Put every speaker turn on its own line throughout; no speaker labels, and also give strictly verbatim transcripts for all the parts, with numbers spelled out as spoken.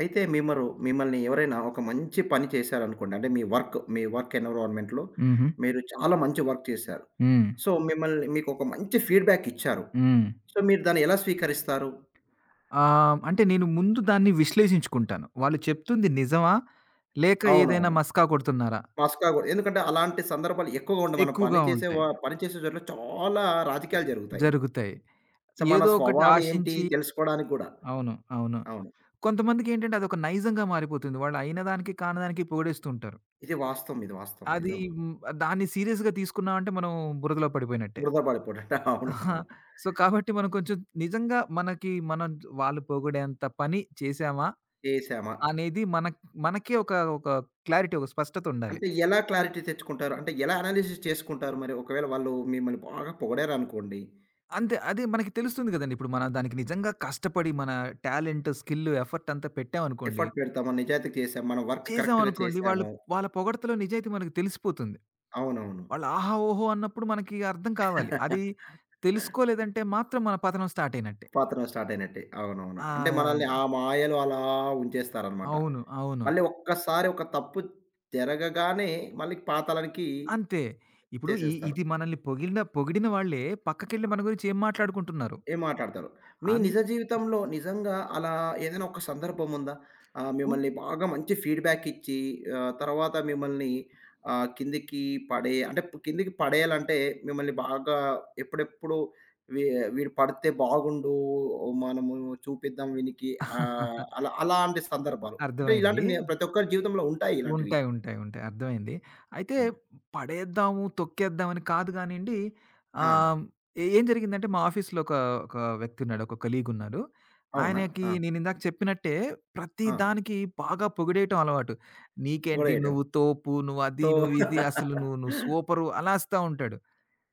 అయితే మిమ్మరు మిమ్మల్ని ఎవరైనా ఒక మంచి పని చేశారనుకోండి. అంటే మీ వర్క్, మీ వర్క్ ఎన్విరాన్మెంట్‌లో
హుహు.
మీరు చాలా మంచి వర్క్ చేశారు.
హ్మ్.
సో, మిమ్మల్ని మీకొక మంచి ఫీడ్‌బ్యాక్ ఇచ్చారు.
హ్మ్.
సో, మీరు దాన్ని ఎలా స్వీకరిస్తారు?
ఆహ్, అంటే నేను ముందు దాన్ని విశ్లేషించుకుంటాను. వాళ్ళు చెప్తుంది నిజమా? లేక ఏదైనా
అవునవును.
మస్కా కొడుతున్నారా?
మస్కా గూడా. ఎందుకంటే అలాంటి సందర్భాలు ఎక్కువగా ఉండవు. మనం పని
ఎక్కువగా
చేసే వా
ఉంటాయి.
పని చేసే చోట్ల చాలా రాజకీయాలు జరుగుతాయి.
జరుగుతాయి.
సో, మన
ఏదో ఒకటి
స్వభావం ఏంటి
ఆశించి.
తెలుసుకోవడానికి గూడా.
అవును. అవును.
అవును.
కొంతమందికేంటంటే అదొక నైజంగా మారిపోతుంది. వాళ్ళు అయిన దానికి కానిదానికి పొగిడేస్తూ ఉంటారు.
ఇది వాస్తవం. ఇది వాస్తవం.
అది
నిజం.
హ్మ్. దాన్ని సీరియస్‌గా తీసుకున్నామంటే మనం బురదలో పడిపోయినట్టే.
బురద పడిపోవడం. అవును.
ఆహా!
అవును.
సో, కాబట్టి మనం కొంచెం నిజంగా మనకి మనం వాళ్ళు పొగిడేంత పని చేశామా?
చేశామా?
అనేది మనక్ మనకే ఒక ఒక క్లారిటీ, ఒక స్పష్టతుండాలి.
అంటే ఎలా క్లారిటీ తెచ్చుకుంటారు? అంటే ఎలా అనాలిసిస్ చేసుకుంటారు మరి? ఒకవేళ వాళ్ళు మిమ్మల్ని బాగా పొగిడారనుకోండి.
అంతే. అదే మనకి తెలుస్తుంది గదండీ! ఇప్పుడు మనం దానికి నిజంగా కష్టపడి మన టాలెంట్, స్కిల్, ఎఫర్ట్ అంతా పెట్టామనుకోండి,
ఎఫర్ట్ పెడతాము, నిజాయితీగా చేసాము, మన వర్క్ కరెక్ట్‌గా
చేసామనుకోండి, వాళ్ళు
చేసాము.
వాళ్ళ పొగడ్తలో నిజాయితీ మనకు తెలిసిపోతుంది.
అవునవును.
వాళ్ళు ఆహా! ఓహో! అన్నప్పుడు మనకి అర్థం కావాలి. అది తెలుసుకోలేదంటే మాత్రం మన పతనం స్టార్ట్ అయినట్టే.
పతనం స్టార్ట్ అయినట్టే. అవునవును. అంటే
ఆ!
మనల్ని ఆ మాయలో అలా ఉంచేస్తారనమాట.
అవును. అవును.
మళ్ళీ ఒక్కసారి ఒక తప్పు జరగగానే మళ్ళీ పాతాళానికి
అంతే. ఇప్పుడు ఇ
చేసేస్తారు.
ఇది మనల్ని పొగిడిన పొగిడిన వాళ్ళే పక్కకెళ్ళి మన గురించి ఏం మాట్లాడుకుంటున్నారు.
ఏం మాట్లాడతారు. మీ
అందు
నిజ జీవితంలో నిజంగా అలా ఏదైనా ఒక సందర్భం ఉందా? ఆహ్,
ఉన్
మిమ్మల్ని బాగా మంచి ఫీడ్‌బ్యాక్ ఇచ్చి ఆహ్, తర్వాత మిమ్మల్ని ఆహ్, కిందకి పడే అంటే కిందకి పడేయాలంటే మిమ్మల్ని బాగా ఎప్పుడెప్పుడు వీ వీడు పడితే బాగుండు మనము చూపిద్దాం వీనికి ఆహ్, అలా అలాంటి సందర్భాలు. అంటే ఇలాంటి
అర్థమైంది.
నే ప్రతి ఒక్కరి జీవితంలో ఉంటాయి ఇలాంటివి.
ఉంటాయి. ఉంటాయి. ఉంటాయి. అర్థమైంది. అయితే
హ్మ్.
పడేద్దాము, తొక్కేద్దాం అని కాదు గానీండి.
ఆ!
ఆహ్, ఏం జరిగిందంటే మా ఆఫీస్‌లో ఒక, ఒక వ్యక్తి ఉన్నాడు. ఒక కొలీగ్ ఉన్నారు.
అవునా?
ఆయనకి
ఆ!
నేనిందాక చెప్పినట్టే ప్రతి
ఆ!
దానికి బాగా పొగిడేయటం అలవాటు. "నీకేంటి
ఓడెయ్యటం.
నువ్వు తోపు, నువ్వు అది,
సో
నువ్వు ఇది, అసలు నువ్వు, నువ్వు సూపరు" అలాస్తా ఉంటాడు.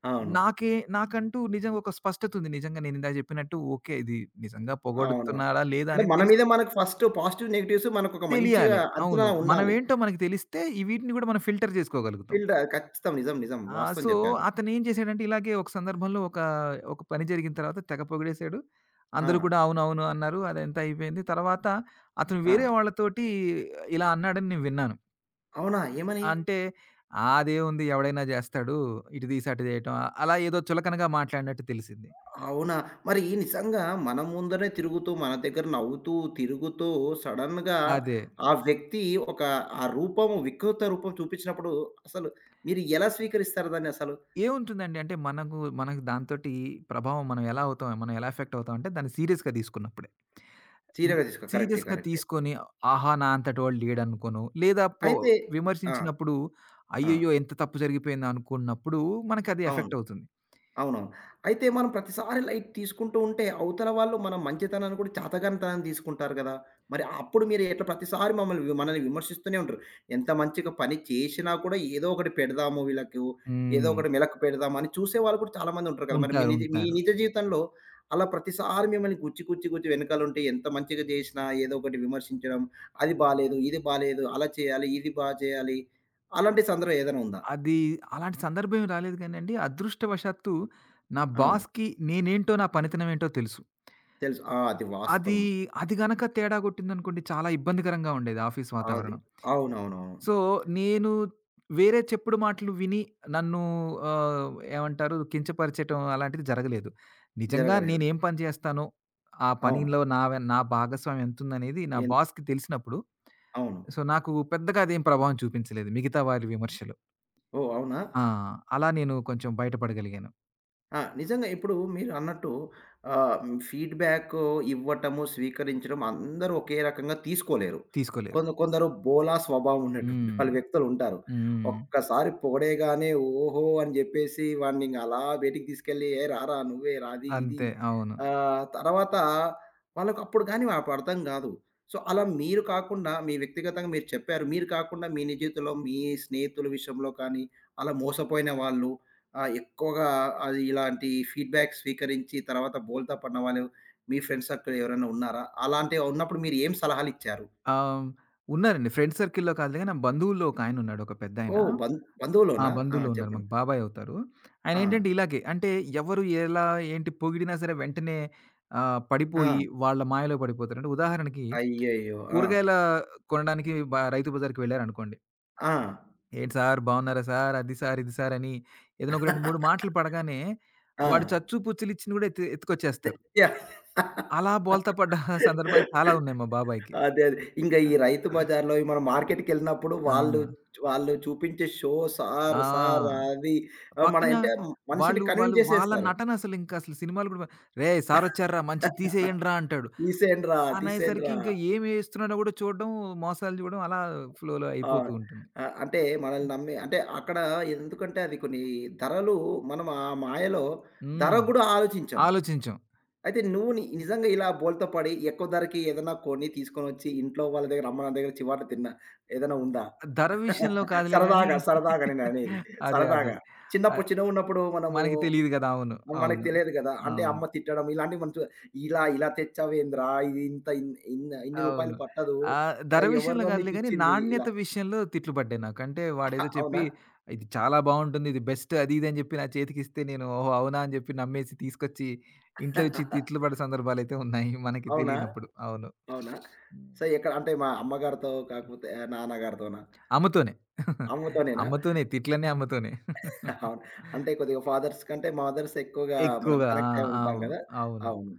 అవును.
నాకే నాకంటూ నిజంగా ఒక స్పష్టత ఉంది. నిజంగా నేనిందాక చెప్పినట్టు ఓకే. ఇది నిజంగా
అవును.
పొగడుతున్నాడా లేదా
అంటే
అనేది
మన
తెలుసు.
మీద మనకు ఫస్ట్ పాజిటివ్, నెగెటివ్స్ మనకొక మంచిగా
తెలియాలి.
అంచనా
అవును.
ఉండాలి.
మనమేంటో మనకు తెలిస్తే ఈ వీటిని గూడా మనం ఫిల్టర్ జేసుకోగలుగుతాం.
ఫీల్డ్ ఖచ్చితం. నిజం, నిజం.
ఆ!
వాస్తవం
సో,
చెప్పారు.
అతనేం చేసాడంటే ఇలాగే ఒక సందర్భంలో ఒక, ఒక పని జరిగిన తర్వాత తెగ పొగిడేసాడు.
ఆ!
అందరూ కూడా అవునవును అన్నారు. అదంతా అయిపోయింది. తర్వాత అతను
ఆ!
వేరే వాళ్ళతోటి ఇలా అన్నాడని నేను విన్నాను.
అవునా? ఏమని?
అంటే "ఆ! అదేముంది ఎవడైనా జేస్తాడు. ఇటు తీసి అటు జేయటం" అలా ఏదో చులకనగా మాట్లాడినట్టు తెలిసింది.
అవునా? మరి నిజంగా మన ముందరే తిరుగుతూ, మన దగ్గర నవ్వుతూ, తిరుగుతూ సడెన్‌గా
అదే.
ఆ వ్యక్తి ఒక ఆ రూపము వికృత రూపం చూపించినప్పుడు అసలు మీరు ఎలా స్వీకరిస్తారు దాన్ని అసలు?
ఏముంటుందండి? అంటే మనకు మనకు దాంతోటి ప్రభావం మనం ఎలా అవుతాం? మనం ఎలా ఎఫెక్ట్ అవుతాం అంటే దాన్ని సీరియస్‌గా తీసుకున్నప్పుడే. హ్మ్.
సీరియస్‌గా తీసుకో కరెక్టే.
సీరియస్‌గా
కరెక్టే.
తీసుకొని ఆహా! నా అంతటి వాడు లేడనుకోను. లేదా పో
అయితే ఆ!
విమర్శించినప్పుడు
ఆ!
అయ్యయ్యో! ఎంత తప్పు జరిగిపోయింది అనుకున్నప్పుడు మనకది
అవును.
ఎఫెక్ట్ అవుతుంది.
అవునవును. అయితే మనం ప్రతిసారి లైట్ తీసుకుంటూ ఉంటే, అవతల వాళ్ళు మన మంచితనాన్ని కూడా చాతగానితనాన్ని తీసుకుంటారు గదా! మరి అప్పుడు మీరు ఎట్లా ప్రతిసారి మమ్మల్ని వి మనల్ని విమర్శిస్తూనే ఉంటారు. ఎంత మంచిగా పని చేషినా కూడా ఏదో ఒకటి పెడదాము వీళ్ళకు, ఏదో
హ్మ్.
ఒకటి మెలకు పెడదాము అని చూసేవాళ్ళు కూడా చాలామంది ఉంటారు కదా! మరి మీ
ఉంటారు.
నిజ మీ
ఉంటారు.
నిజ జీవితంలో అలా ప్రతిసారి మిమ్మల్ని గుచ్చి, గుచ్చి, గుచ్చి వెనకాలుంటే ఎంత మంచిగా జేషినా ఏదో ఒకటి విమర్శించడం, అది బాలేదు, ఇది బాలేదు, అలా చేయాలి, ఇది బా చేయాలి. అలాంటి సందర్భం ఏదైనా ఉందా?
అది అలాంటి సందర్భం రాలేదు గానండి. అదృష్టవశాత్తు నా
అవును.
బాస్‌కి నేనేంటో నా పనితనం ఏంటో తెలుసు.
తెలుసు. ఆ! అది
అది
వాస్తవం.
అది గనక తేడా కొట్టిందనుకోండి చాలా ఇబ్బందికరంగా ఉండేది ఆఫీస్
అది.
వాతావరణం.
అవునవునవును.
సో, నేను వేరే చెప్పుడు మాటలు విని నన్ను ఆహ్, ఏమంటారు కించపరిచటం అలాంటిది జరగలేదు. నిజంగా
జరగలేదు.
నేనేం పని చేస్తానో, ఆ
అవును.
పనిలో నా వె నా భాగస్వామ్యం ఎంతుందనేది నా
ఎన్
బాస్‌కి తెలిసినప్పుడు,
అవును.
సో, నాకు పెద్దగా అదేం ప్రభావం చూపించలేదు. మిగతా వారి విమర్శలు.
ఓహ్! అవునా?
ఆ! అలా నేను కొంచెం బయటపడగలిగాను.
ఆ! నిజంగా ఇప్పుడు మీరన్నట్టు ఆహ్, ఫీడ్‌బ్యాక్ ఇవ్వటము, స్వీకరించడం అందరూ ఒకే రకంగా తీసుకోలేరు.
తీసుకోలేదు.
కొంద కొందరు బోలా స్వభావం ఉన్నటువంటి
హ్మ్.
వాళ్ళు వ్యక్తులుంటారు.
హ్మ్.
ఒక్కసారి పొగిడేగానే ఓహో! అని జెప్పేసి వాడినింక అలా బయటికి తీసుకెళ్ళి "ఏ రారా నువ్వే రా అది ఇది"
అంతే. అవును.
ఆహ్, తర్వాత వాళ్ళకప్పుడు గాని అప్పుడు కానీ వాళ్ళకు అర్థం గాదు. సో, అలా మీరు కాకుండా మీ వ్యక్తిగతంగా మీరు చెప్పారు. మీరు కాకుండా మీ నిజ జీవితంలో మీ స్నేహితుల విషయంలో కానీ, అలా మోసపోయిన వాళ్ళు ఆ! ఎక్కువగా అది ఇలాంటి ఫీడ్‌బ్యాక్ స్వీకరించి తర్వాత బోల్తా పడినవాళ్ళు మీ ఫ్రెండ్ సర్కిల్ ఎవరైనా ఉన్నారా? అలాంటి ఉన్నప్పుడు మీరు ఏం సలహాలిచ్చారు?
ఆహ్, ఉన్నారండి. ఫ్రెండ్ సర్కిల్‌లో కాదులే గానీ, నా బంధువుల్లో ఒకాయనున్నాడు ఒక పెద్దాయన.
ఓహ్! బంధ్
ఆ!
బంధువులోనా? ఆ!
బంధువులో ఉన్నారు. మాకు
చెప్పండి.
బాబాయ్ అవుతారు.
ఆ!
ఆయనేంటంటే ఇలాగే అంటే ఎవరు ఎలా ఏంటి పొగిడినా సరే వెంటనే ఆహ్,
ఆ!
పడిపోయి వాళ్ళ మాయలో పడిపోతారు. అంటే ఉదాహరణకి
అయ్యయ్యో! ఆ!
కూరగాయల కొనడానికి బ రైతు బజార్‌కి వెళ్లారనుకోండి.
ఆ!
"ఏంటి సార్ బాగున్నారా సార్? అది సార్, ఇది సార్" అని ఏదైనా ఒక రెండు, మూడు మాటలు పడగానే
ఆ!
వాడు చచ్చు పుచ్చులిచ్చింది కూడా ఎత్తు ఎత్తుకొచ్చేస్తారు.
యాహ్!
అలా బోల్తా పడ్డ సందర్భాలు చాలా ఉన్నాయి మా బాబాయికి.
అదే. అదే. ఇంక ఈ రైతు బజార్‌లో మనం మార్కెట్‌కెళ్ళినప్పుడు
ఆ!
వాళ్ళు వాళ్ళు చూపించే షో సార్,
ఆ!
సార్ అది ఆహ్, మన
పక్కన
అంటే మనిషిని
వాళ్ళు,
కన్విన్స్
వాళ్ళు వాళ్ళ
చేసేస్తారు.
నటనసలింక అసలు ఇంకా అసలు సినిమాలు గూడా. "రేయ్! సారొచ్చార్రా మంచిది తీసేయండ్రా" అంటాడు.
తీసేయండిరా,
అనయ్యేసరికి
తీసేయండిరా.
ఇంకా ఏమేస్తున్నాడో గూడా చూడడం, మోసాలు జూడడం అలా ఫ్లోలో
ఆ!
అయిపోతూ ఉంటుంది.
ఆహ్, అంటే మనల్ని నమ్మి అంటే అక్కడ ఎందుకంటే అది కొన్ని ధరలు మనం ఆ మాయలో ధర
హ్మ్.
గూడా ఆలోచించం.
ఆలోచించం.
అయితే నువ్వు ని నిజంగా ఇలా బోల్తా పడి ఎక్కువ ధరకి ఏదైనా కొని తీసుకొనొచ్చి ఇంట్లో వాళ్ళ దగ్గర అమ్మ, నాన్న దగ్గర చివాట్లు తిన్న ఏదైనా ఉందా?
ధర విషయంలో కాదులే గానీ
సరదాగా, సరదాగా నేననేది.
అదే. అదే.
సరదాగా. చిన్నప్పుడు
ఆహ్,
చిన్నగున్నప్పుడు మనము
మనకి తెలీదు గదా! అవును.
మనకు
అవును.
తెలియదు గదా! అంటే
అవును.
అమ్మ తిట్టడం ఇలాంటివి మనం చూ ఇలా ఇలా తెచ్చావేందిరా? ఇది ఇంత ఇన్ ఇన్ ఇన్ని రూపాయలు
అవును.
పట్టదు.
ఆహ్, ధర
ఆహ్,
విషయంలో
ఎవర్రా
కాదులే గానీ,
నీకిచ్చింది? ఇలా.
నాణ్యత విషయంలో తిట్లు పడ్డాయి నాకు. అంటే వాడేదో
అవునా?
చెప్పి, "ఇది చాలా బావుంటుంది. ఇది బెస్ట్" అది ఇది అని చెప్పి నా చేతికిస్తే నేను, "ఓహో! అవునా?" అని చెప్పి నమ్మేసి తీసుకొచ్చి ఇంట్లో ఇచ్చి తిట్లు పడ్డ సందర్భాలైతే ఉన్నాయి మనకి
అవునా?
తెలియనప్పుడు. అవును.
అవునా?
హ్మ్.
సో, ఎక్కడ అంటే మా అమ్మగారితో కాకపోతే నాన్నగారితోనా?
అమ్మతోనే.
అమ్మతోనేనా?
అమ్మతోనే. తిట్లన్నీ అమ్మతోనే.
అవును. అంటే కొద్దిగా ఫాదర్స్ కంటే మదర్స్ ఎక్కువగా మనం
ఎక్కువగా.
కనెక్ట్ అయి
ఆ! అవును.
ఉంటాం గదా!
అవును.
అవును.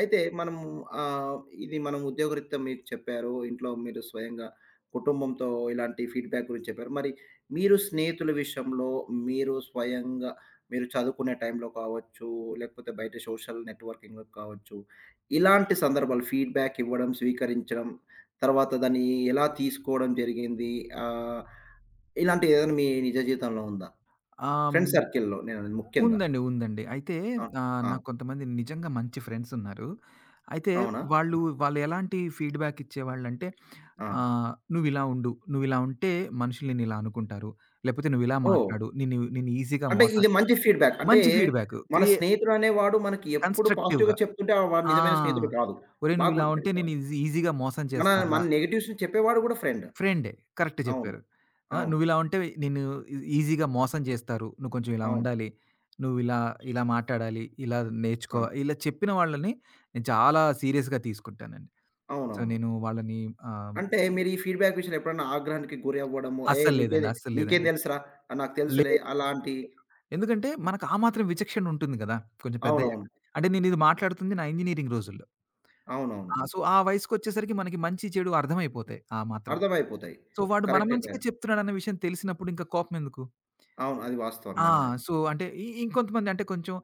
అయితే మనము ఆహ్, ఇది మనం ఉద్యోగరీత్యా మీకు చెప్పారు. ఇంట్లో మీరు స్వయంగా కుటుంబంతో ఇలాంటి ఫీడ్‌బ్యాక్ గురించి చెప్పారు. మరి మీరు స్నేహితుల విషయంలో మీరు స్వయంగా మీరు చదువుకునే టైంలో కావచ్చు, లేకపోతే బయట సోషల్ నెట్‌వర్కింగ్‌లో కావచ్చు, ఇలాంటి సందర్భాలు ఫీడ్‌బ్యాక్ ఇవ్వడం, స్వీకరించడం, తర్వాత దాన్ని ఎలా తీసుకోవడం జరిగింది? ఆహ్, ఇలాంటిదేదైనా మీ నిజ జీవితంలో ఉందా?
ఆహ్, హ్మ్.
ఫ్రెండ్ సర్కిల్‌లో నేననేది ముఖ్యంగా.
ఉందండి. ఉందండి. అయితే
ఆ!
ఆహ్,
ఆ!
నాకు కొంతమంది నిజంగా మంచి ఫ్రెండ్స్ ఉన్నారు. అయితే
అవునా?
వాళ్ళు, వాళ్ళు ఎలాంటి ఫీడ్‌బ్యాక్ ఇచ్చేవాళ్ళంటే
ఆ!
ఆహ్, "నువ్విలా ఉండు. నువ్విలా ఉంటే మనుషులు నిన్నిలా అనుకుంటారు. లేకపోతే నువ్విలా
ఓహ్!
మాట్లాడు. నిన్ను నిన్ను ఈజీగా
అంటే
మోసం."
ఇది మంచి ఫీడ్‌బ్యాక్. అంటే
మంచి ఫీడ్‌బ్యాక్.
మన
క్రియే
స్నేహితుడనేవాడు మనకి ఎప్పుడు పాజిటివ్‌గా
కన్‌స్ట్రక్టివ్‌గా.
చెప్తుంటే ఆహ్, వాడు
ఆ!
నిజమైన స్నేహితుడు కాదు.
"ఒరేయ్!
బాగా
నువ్విలా ఉంటే నిన్ను
గుర్తుపెట్టుకోవాలి.
ఈజీ ఈజీగా మోసం
మన మన
చేస్తార్రా."
నెగెటివ్స్‌ని చెప్పేవాడు కూడా ఫ్రెండ్.
ఫ్రెండే. కరెక్ట్
అవును.
జెప్పారు. ఆ!
అవును.
"నువ్విలా ఉంటే నిన్ను ఈ ఈజీగా మోసం చేస్తారు. నువ్వు కొంచెం ఇలా
అవును.
ఉండాలి. నువ్విలా ఇలా ఇలా మాట్లాడాలి. ఇలా
ఆ!
నేర్చుకో." ఇలా చెప్పిన వాళ్ళని నేను చాలా సీరియస్‌గా తీసుకుంటానండి. సో,
అవునవును.
నేను వాళ్ళని ఆహ్,
అంటే మీరు ఈ ఫీడ్‌బ్యాక్ విషయంలో ఎప్పుడైనా ఆగ్రహానికి గురి అవ్వడము, "ఏయ్!
అస్సలు లేదండి.
నీకేది
అస్సలు
నీకేం
లేదండి.
తెలుసురా? ఆహ్, నాకు తెలుసులే"
లేదు.
అలాంటి
లేదు. ఎందుకంటే మనకు ఆ మాత్రం విచక్షణ ఉంటుంది గదా! కొంచెం పెద్దయ్యాక.
అవునవును.
అంటే నేనిది మాట్లాడుతుంది నా ఇంజినీరింగ్ రోజుల్లో.
అవునవును.
ఆ! సో, ఆ వయసుకొచ్చేసరికి మనకి మంచి, చెడు అర్థమైపోతాయి ఆ మాత్రం.
అర్థమైపోతాయి.
సో, వాడు మన
కరెక్టే.
మంచికే
కరెక్ట్.
చెప్తున్నాడన్న విషయం తెలిసినప్పుడు ఇంకా కోపమెందుకు?
అవును. అది వాస్తవమే.
ఆ!
అది
సో, అంటే ఇ ఇంకొంతమంది అంటే కొంచెం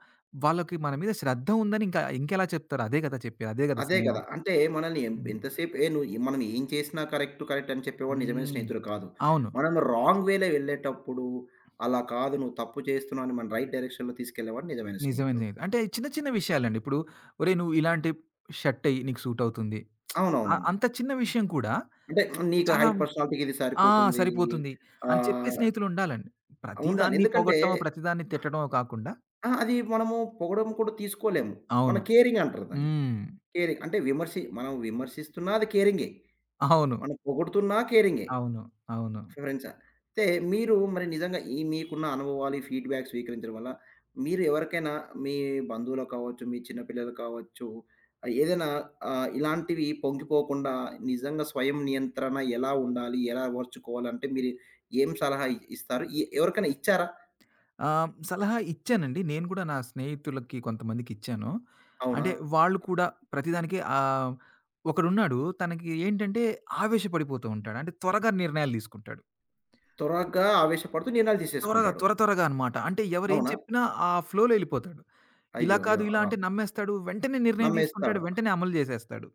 వాళ్ళకి మన మీద శ్రద్ధ ఉందని ఇంకా ఇంకెలా చెప్తారు? అదే కదా చెప్పేది. అదే కదా
అదే
స్నేహం.
కదా! అంటే మనల్ని ఎం
హ్మ్.
ఎంతసేపు ఏ నువ్వు ఎ మనం ఏం చేసినా కరెక్ట్, కరెక్ట్ అని చెప్పేవాడు నిజమైన
హ్మ్.
స్నేహితుడు కాదు.
అవును.
మనం రాంగ్ వేలో వెళ్ళేటప్పుడు, అలా కాదు నువ్వు తప్పు చేస్తున్నావు అని మన రైట్ డైరెక్షన్‌లో తీసుకెళ్ళేవాడు నిజమైన
నిజమైన
స్నేహితుడు.
స్నేహితుడు. అంటే చిన్న చిన్న విషయాలండి. ఇప్పుడు ఒరేయ్! నువ్వు ఇలాంటి షర్ట్ ఎయి నీకు సూట్ అవుతుంది. అ
అవునవునవును.
అంత చిన్న విషయం కూడా
అంటే నీకు
చాలా
హైట్ పర్సనాలిటీకి ఇది
ఆ!
సరిపోతుంది.
సరిపోతుంది అని చెప్పే
ఆహ్,
స్నేహితులు ఉండాలండి.
ఉండాలి.
ప్రతిదాన్ని
ఎందుకంటే
పొగట్టం, ప్రతిదాన్ని తిట్టడమో కాకుండా
ఆ! అది మనము పొగడం కూడా తీసుకోలేము. మన
అవును.
కేరింగ్ అంటారు దాన్ని.
హ్మ్.
కేరింగ్ అంటే విమర్శి మనం విమర్శిస్తున్నా అది కేరింగే.
అవును.
మనం పొగుడుతున్నా కేరింగే.
అవును. అవును.
ఫ్రెండ్సా? అయితే మీరు మరి నిజంగా ఈ మీకున్న అనుభవాలు, ఈ ఫీడ్‌బ్యాక్ స్వీకరించడం వల్ల మీరు ఎవరికైనా మీ బంధువులకు కావచ్చు, మీ చిన్న పిల్లలు కావచ్చు, ఆహ్, ఏదైనా ఆహ్, ఇలాంటివి పొంగిపోకుండా నిజంగా స్వయం నియంత్రణ ఎలా ఉండాలి? ఎలా అమర్చుకోవాలంటే మీరు ఏం సలహా ఇ ఇస్తారు? ఎ ఎవరికైనా ఇచ్చారా?
ఆహ్, సలహా ఇచ్చానండి. నేను కూడా నా స్నేహితులకి కొంతమందికిచ్చాను.
అవునా?
అంటే వాళ్ళు కూడా ప్రతిదానికి ఆహ్, ఒకడున్నాడు తనకి ఏంటంటే ఆవేశపడిపోతూ ఉంటాడు. అంటే త్వరగా నిర్ణయాలు తీసుకుంటాడు.
త్వరగా ఆవేశపడుతూ నిర్ణయాలు
త్వరగా
తీసేసుకుంటాడు.
త్వర త్వరగా అనమాట. అంటే ఎవరేం
అవునా?
చెప్పినా ఆ ఫ్లోలో ఎళ్ళిపోతాడు. ఇలా
అయ్యో! అయ్యో!
కాదు, ఇలా
ఆ!
అంటే నమ్మేస్తాడు. వెంటనే నిర్ణయం తీసుకుంటాడు.
నమ్మేస్తాడు.
వెంటనే అమలు జేసేస్తాడు.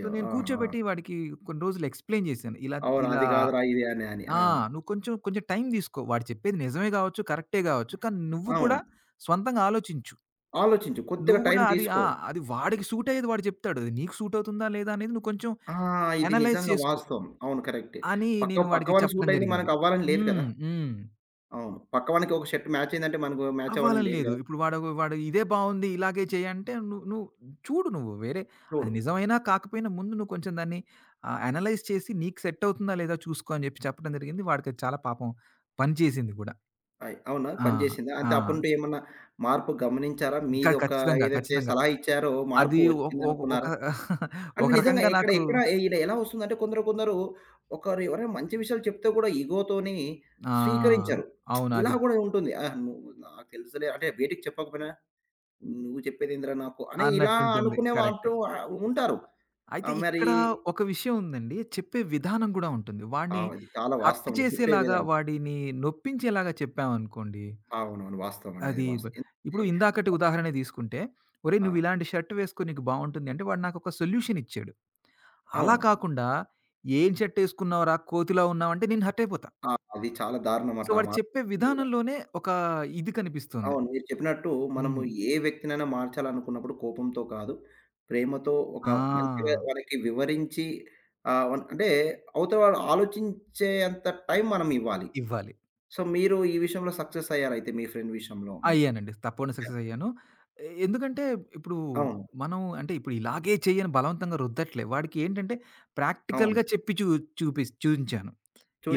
సో, నేను
ఆ! ఆ!
కూర్చోబెట్టి వాడికి కొన్ని రోజులు ఎక్స్‌ప్లెయిన్ జేశాను. ఇలా
అవును.
ఇలా
అది కాదురా ఇది అని అని.
ఆ!
ఆ!
నువ్వు కొంచెం కొంచెం టైం తీసుకో. వాడు చెప్పేది నిజమే గావచ్చు, కరెక్టే గావచ్చు. కానీ నువ్వు కూడా
అవును.
స్వంతంగా ఆలోచించు.
ఆలోచించు. కొద్దిగా
నువ్వు
టైం
గూడా అది
తీసుకో.
ఆ! అది వాడికి సూట్ అయ్యేది వాడు చెప్తాడు. అది నీకు సూట్ అవుతుందా? లేదా? అనేది నువ్వు కొంచెం
ఆ! ఇది
అనలైజ్
నిజంగా
చేసుకో
వాస్తవం. అవును. కరెక్టే.
అని
పక్క
నేను వాడికి
పక్కవానికి
చెప్పడం
సూట్ అయింది
జరిగింది.
మనకవ్వాలని లేదు కదా!
హ్మ్. హ్మ్.
అవును. పక్కవానికి ఒక షర్ట్ మ్యాచ్ అయిందంటే మనకు మ్యాచ్ అవ్వాలని
అవ్వాలని
లేదు
లేదు.
కదా!
ఇప్పుడు వాడు, వాడు ఇదే బావుంది ఇలాగే చెయ్యి అంటే నువ్వు నువ్వు చూడు నువ్వు వేరే అది
చూడు.
నిజమైనా కాకపోయినా ముందు నువ్వు కొంచెం దాన్ని ఆహ్, అనలైజ్ చేసి నీకు సెట్ అవుతుందా? లేదా? చూసుకో అని చెప్పి చెప్పడం జరిగింది. వాడికది చాలా పాపం పని చేసింది గూడా.
అయి అవునా?
ఆ!
పని చేసిందా? అంటే
ఆ!
అప్పటి నుండి ఏమన్నా మార్పు గమనించారా?
ఇంకా
మీదొక
ఖచ్చితంగా.
ఏదైతే
ఖచ్చితంగా.
సలహా ఇచ్చారో
అది
మార్పు
ఒ ఒ ఒక
వచ్చిందనుకున్నారా? అంటే
ఒక
నిజంగా
రకంగా
ఎక్కడ
నాకు
ఎక్కడ ఈడ ఎలా వస్తుందంటే కొందరు కొందరు ఒకరు ఎవరైనా మంచి విషయాలు చెప్తే కూడా ఇగోతోని స్వీకరించరు.
ఆ! అవును.
ఇలా
అది
కూడా ఉంటుంది. ఆహ్, నువ్వు నాకు తెలుసులే అంటే బయటికి చెప్పకపోయినా నువ్వు చెప్పేదేందిరా నాకు అని ఇలా
అన్నట్టుంటుంది.
అనుకునే
కరెక్ట్.
అంటూ ఉంటారు. ఆ!
అయితే
మరి
ఇక్కడ ఒక విషయం ఉందండి. చెప్పే విధానం గూడా ఉంటుంది. వాడిని
అవును. ఇది చాలా
హర్ట్
వాస్తవం అండి. చెప్పే
చేసేలాగా,
విధానం.
వాడిని నొప్పించేలాగా చెప్పామనుకోండి,
అవునవును. వాస్తవం అండి. అది
అది బ్
వాస్తవం. ఎందుకంటే
ఇప్పుడు ఇందాకటి ఉదాహరణ తీసుకుంటే, "ఒరేయ్!
ఆ!
నువ్వు ఇలాంటి షర్ట్ వేసుకో నీకు బావుంటుంది" అంటే వాడు నాకొక సొల్యూషన్ ఇచ్చాడు. అలా
అవును.
కాకుండా, "ఏం షర్ట్ ఏసుకున్నావురా? కోతిలా ఉన్నావు" అంటే నేను హర్ట్ అయిపోతా.
ఆ! అది చాలా దారుణం
సో,
అట్లా
వాడు
మా
చెప్పే విధానంలోనే ఒక ఇది కనిపిస్తుంది.
అవును. మీరు చెప్పినట్టు మనము
హ్మ్.
ఏ వ్యక్తినైనా మార్చాలనుకున్నప్పుడు కోపంతో కాదు, ప్రేమతో ఒక మంచిగా
ఆ!
వాళ్ళకి వివరించి ఆహ్, వన్ అంటే అవతల వాళ్ళు ఆలోచించే అంత టైం మనం ఇవ్వాలి.
ఇవ్వాలి.
సో, మీరు ఈ విషయంలో సక్సెస్ అయ్యారైతే మీ ఫ్రెండ్ విషయంలో మీరు.
అయ్యానండి. తప్పకుండా సక్సెస్ అయ్యాను. ఎ ఎందుకంటే ఇప్పుడు
అవును.
మనం అంటే ఇప్పుడు ఇలాగే చెయ్యి అని బలవంతంగా రుద్దట్లే. వాడికి ఏంటంటే ప్రాక్టికల్‌గా
అవును.
చెప్పి చూ చూపిస్ చూయించాను.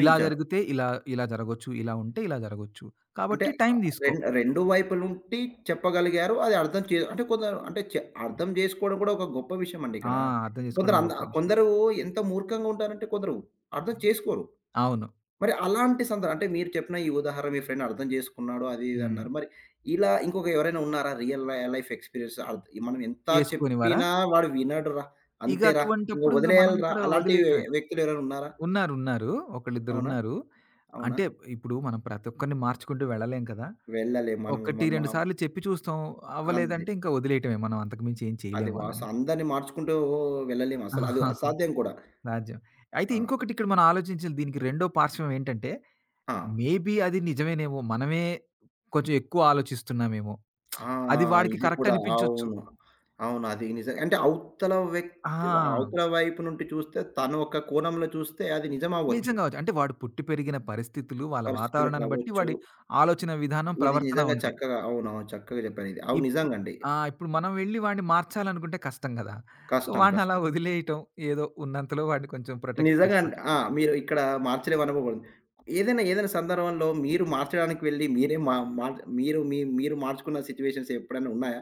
ఇలా జరిగితే ఇలా, ఇలా జరగొచ్చు. ఇలా ఉంటే ఇలా జరగొచ్చు.
అంటే
కాబట్టి టైం
ఆహ్,
తీసుకో.
రెం రెండు వైపులుండి చెప్పగలిగారు. అది అర్థం చే అంటే కొందరు అంటే చె అర్థం జేసుకోవడం కూడా ఒక గొప్ప విషయమండి
ఆ!
ఇక్కడ.
అర్థం
కొందరు
చేసుకోవడం
అంద
గొప్ప విషయం.
కొందరు ఎంత మూర్ఖంగా ఉంటారంటే కొందరు అర్థం
హ్మ్.
చేసుకోరు.
అవును.
మరి అలాంటి సందర్భం అంటే మీరు చెప్పిన ఈ ఉదాహరణ మీ ఫ్రెండ్ అర్థం జేసుకున్నాడు అది ఇది
హ్మ్.
అన్నారు. మరి ఇలా ఇంకొక ఎవరైనా ఉన్నారా? రియల్ లై లైఫ్ ఎక్స్‌పీరియన్స్ అర్థ్ మనం ఎంత
చేసుకునేవారా?
చెప్పినా వాడు వినడురా,
ఇక
అంతేరా, ఇంక
అటువంటప్పుడు ఇంక మనం
వదిలేయాలిరా
కూడా
అలాంటి
వదిలేయటమే.
వ్యక్తులు ఎవరైనా ఉన్నారా?
ఉన్నారు. ఉన్నారు.
అవునా?
ఒకళ్ళిద్దరున్నారు.
అవునా?
అంటే ఇప్పుడు మనం ప్రతి ఒక్కరిని మార్చుకుంటూ వెళ్ళలేం కదా!
వెళ్ళలేము మనం
ఒకటి
మన మా
రెండు సార్లు చెప్పి చూస్తాం.
అంతే.
అవ్వలేదంటే ఇంకా వదిలేయటమే. మనం అంతకు మించి ఏం
అది
చేయలేం వాళ్ళని.
వాస్తవం. అందరిని మార్చుకుంటూ వెళ్ళలేము అసలు. అది
ఆహాహా,
అసాధ్యం కూడా.
రాజ్యం. అయితే
ఆ!
ఇంకొకటి ఇక్కడ మనం ఆలోచించిన దీనికి రెండో పార్శ్వం ఏంటంటే,
ఆ!
మేబీ అది నిజమేనేమో. మనమే కొంచెం ఎక్కువ ఆలోచిస్తున్నామేమో.
ఆ!
అది వాడికి
ఇది
కరెక్ట్
కూడా.
అనిపించొచ్చు.
అవును. అవును. అది నిజం. అంటే అవతల వ్యక్తి
ఆ!
అవతల వైపు నుండి చూస్తే తను ఒక కోణంలో చూస్తే అది నిజం అవ్వచ్చు.
నిజం కావచ్చు. అంటే వాడు పుట్టి పెరిగిన పరిస్థితులు, వాళ్ళ
పరిస్థితులు
వాతావరణాన్ని బట్టి
కావచ్చు.
వాడి ఆలోచన విధానం,
ఇది
ప్రవర్తన
నిజంగా
ఉంటాయి.
చక్కగా అవునవును. చక్కగా చెప్పారు ఇది. అవును
ఇప్పుడు
నిజంగండి.
ఆ! ఇప్పుడు మనం వెళ్లి వాడిని మార్చాలనుకుంటే కష్టం గదా! సో,
కష్టం.
వాడినలా
కష్టం.
వదిలేయటం, ఏదో ఉన్నంతలో వాడిని కొంచెం ప్రొటెక్ట్
నిజంగా అండి.
చేసుకోవటం.
ఆ! మీరు ఇక్కడ మార్చలేము అనుకోకూడదు. ఏదైనా ఏదైనా సందర్భంలో మీరు మార్చడానికి వెళ్లి మీరే మా మా మీరు మీ మీరు మార్చుకున్న సిట్యుయేషన్స్ ఎప్పుడైనా ఉన్నాయా?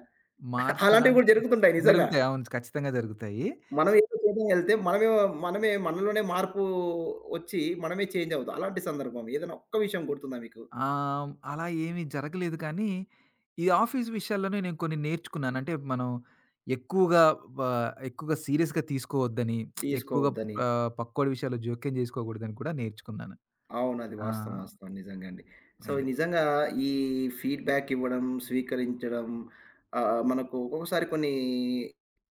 అలాంటివి కూడా
మార్చడానికి
జరుగుతుంటాయి నిజంగా.
జరుగుతాయి. అవును. ఖచ్చితంగా జరుగుతాయి.
మనం ఏదో చేయడం వెళ్తే మనమే మనమే మనలోనే మార్పు వచ్చి మనమే చేంజ్ అవుతాం. అలాంటి సందర్భం ఏదైనా ఒక్క విషయం గుర్తుందా మీకు?
ఆహ్, అలా ఏమీ జరగలేదు కానీ, ఈ ఆఫీస్ విషయాల్లోనే నేను కొన్ని నేర్చుకున్నాను. అంటే మనం ఎక్కువగా బ ఎక్కువగా సీరియస్‌గా తీసుకోవద్దని, ఎక్కువగా
తీసుకోవద్దని.
ఆహ్, పక్కోడి విషయాల్లో జోక్యం జేసుకోకూడదని కూడా నేర్చుకున్నాను.
అవును. అది
ఆ!
వాస్తవం. వాస్తవం. నిజంగా అండి. సో,
అదే.
నిజంగా ఈ ఫీడ్‌బ్యాక్ ఇవ్వడం, స్వీకరించడం ఆహ్, మనకు ఒక్కొక్కసారి కొన్ని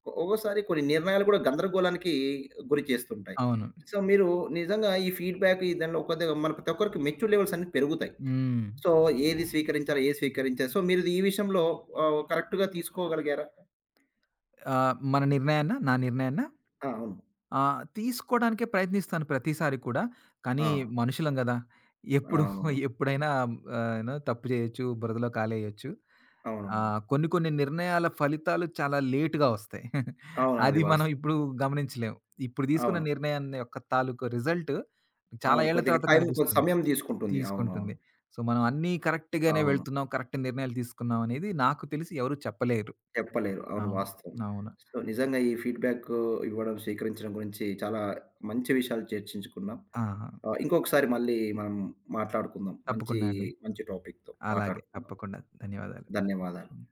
ఒక్కొక్కసారి కొన్ని నిర్ణయాలు కూడా గందరగోళానికి గురి చేస్తుంటాయి.
అవును.
సో, మీరు నిజంగా ఈ ఫీడ్‌బ్యాక్ ఈ దానిలో ఒక మన ప్రతి ఒక్కరికి మెచ్యూర్ లెవెల్స్ అన్నీ పెరుగుతాయి.
హ్మ్.
సో, ఏది స్వీకరించాలి, ఏది స్వీకరించాలి. సో, మీరు ఈ విషయంలో ఆహ్, కరెక్ట్‌గా తీసుకోగలిగారా?
ఆహ్, మన నిర్ణయాన్న, నా నిర్ణయాన్న
ఆ! అవును.
ఆహ్, తీసుకోడానికే ప్రయత్నిస్తాను ప్రతిసారి కూడా. కానీ
ఆ!
మనుషులం గదా! ఎప్పుడు
అవును.
ఎప్పుడైనా ఆహ్, యూనో తప్పు జేయొచ్చు, బురదలో కాలేయొచ్చు.
అవునవును.
ఆహ్, కొన్ని కొన్ని నిర్ణయాల ఫలితాలు చాలా లేట్‌గా ఒస్తాయి.
అవును. అది
అది మనం
వాస్తవం.
ఇప్పుడు గమనించలేం. ఇప్పుడు తీసుకున్న
అవును.
నిర్ణయాన్ని యొక్క తాలూకు రిజల్ట్ చాలా
అవును.
ఏళ్ల
కొద్దిగా
తర్వాత
టైం కొంచెం
కనిపిస్తుంది.
సమయం తీసుకుంటుంది. అవునవును.
తీసుకుంటుంది. సో, మనం అన్నీ కరెక్ట్‌గానే
అవును.
వెళ్తున్నాం, కరెక్ట్ నిర్ణయాలు తీసుకున్నాం అనేది నాకు తెలిసి ఎవరు చెప్పలేరు.
చెప్పలేరు. అవును.
అవును.
వాస్తవం.
అవును.
సో, నిజంగా ఈ ఫీడ్‌బ్యాక్ ఇవ్వడం, స్వీకరించడం గురించి చాలా మంచి విషయాలు చర్చించుకున్నాం.
ఆ!
ఆహ్, ఇంకొకసారి మళ్ళీ మనం మాట్లాడుకుందాం. మంచి
తప్పకుండా అండి.
మంచి టాపిక్‌తో
అలాగే.
మాట్లాడుకుందాం.
తప్పకుండా. ధన్యవాదాలు.
ధన్యవాదాలు.
హ్మ్.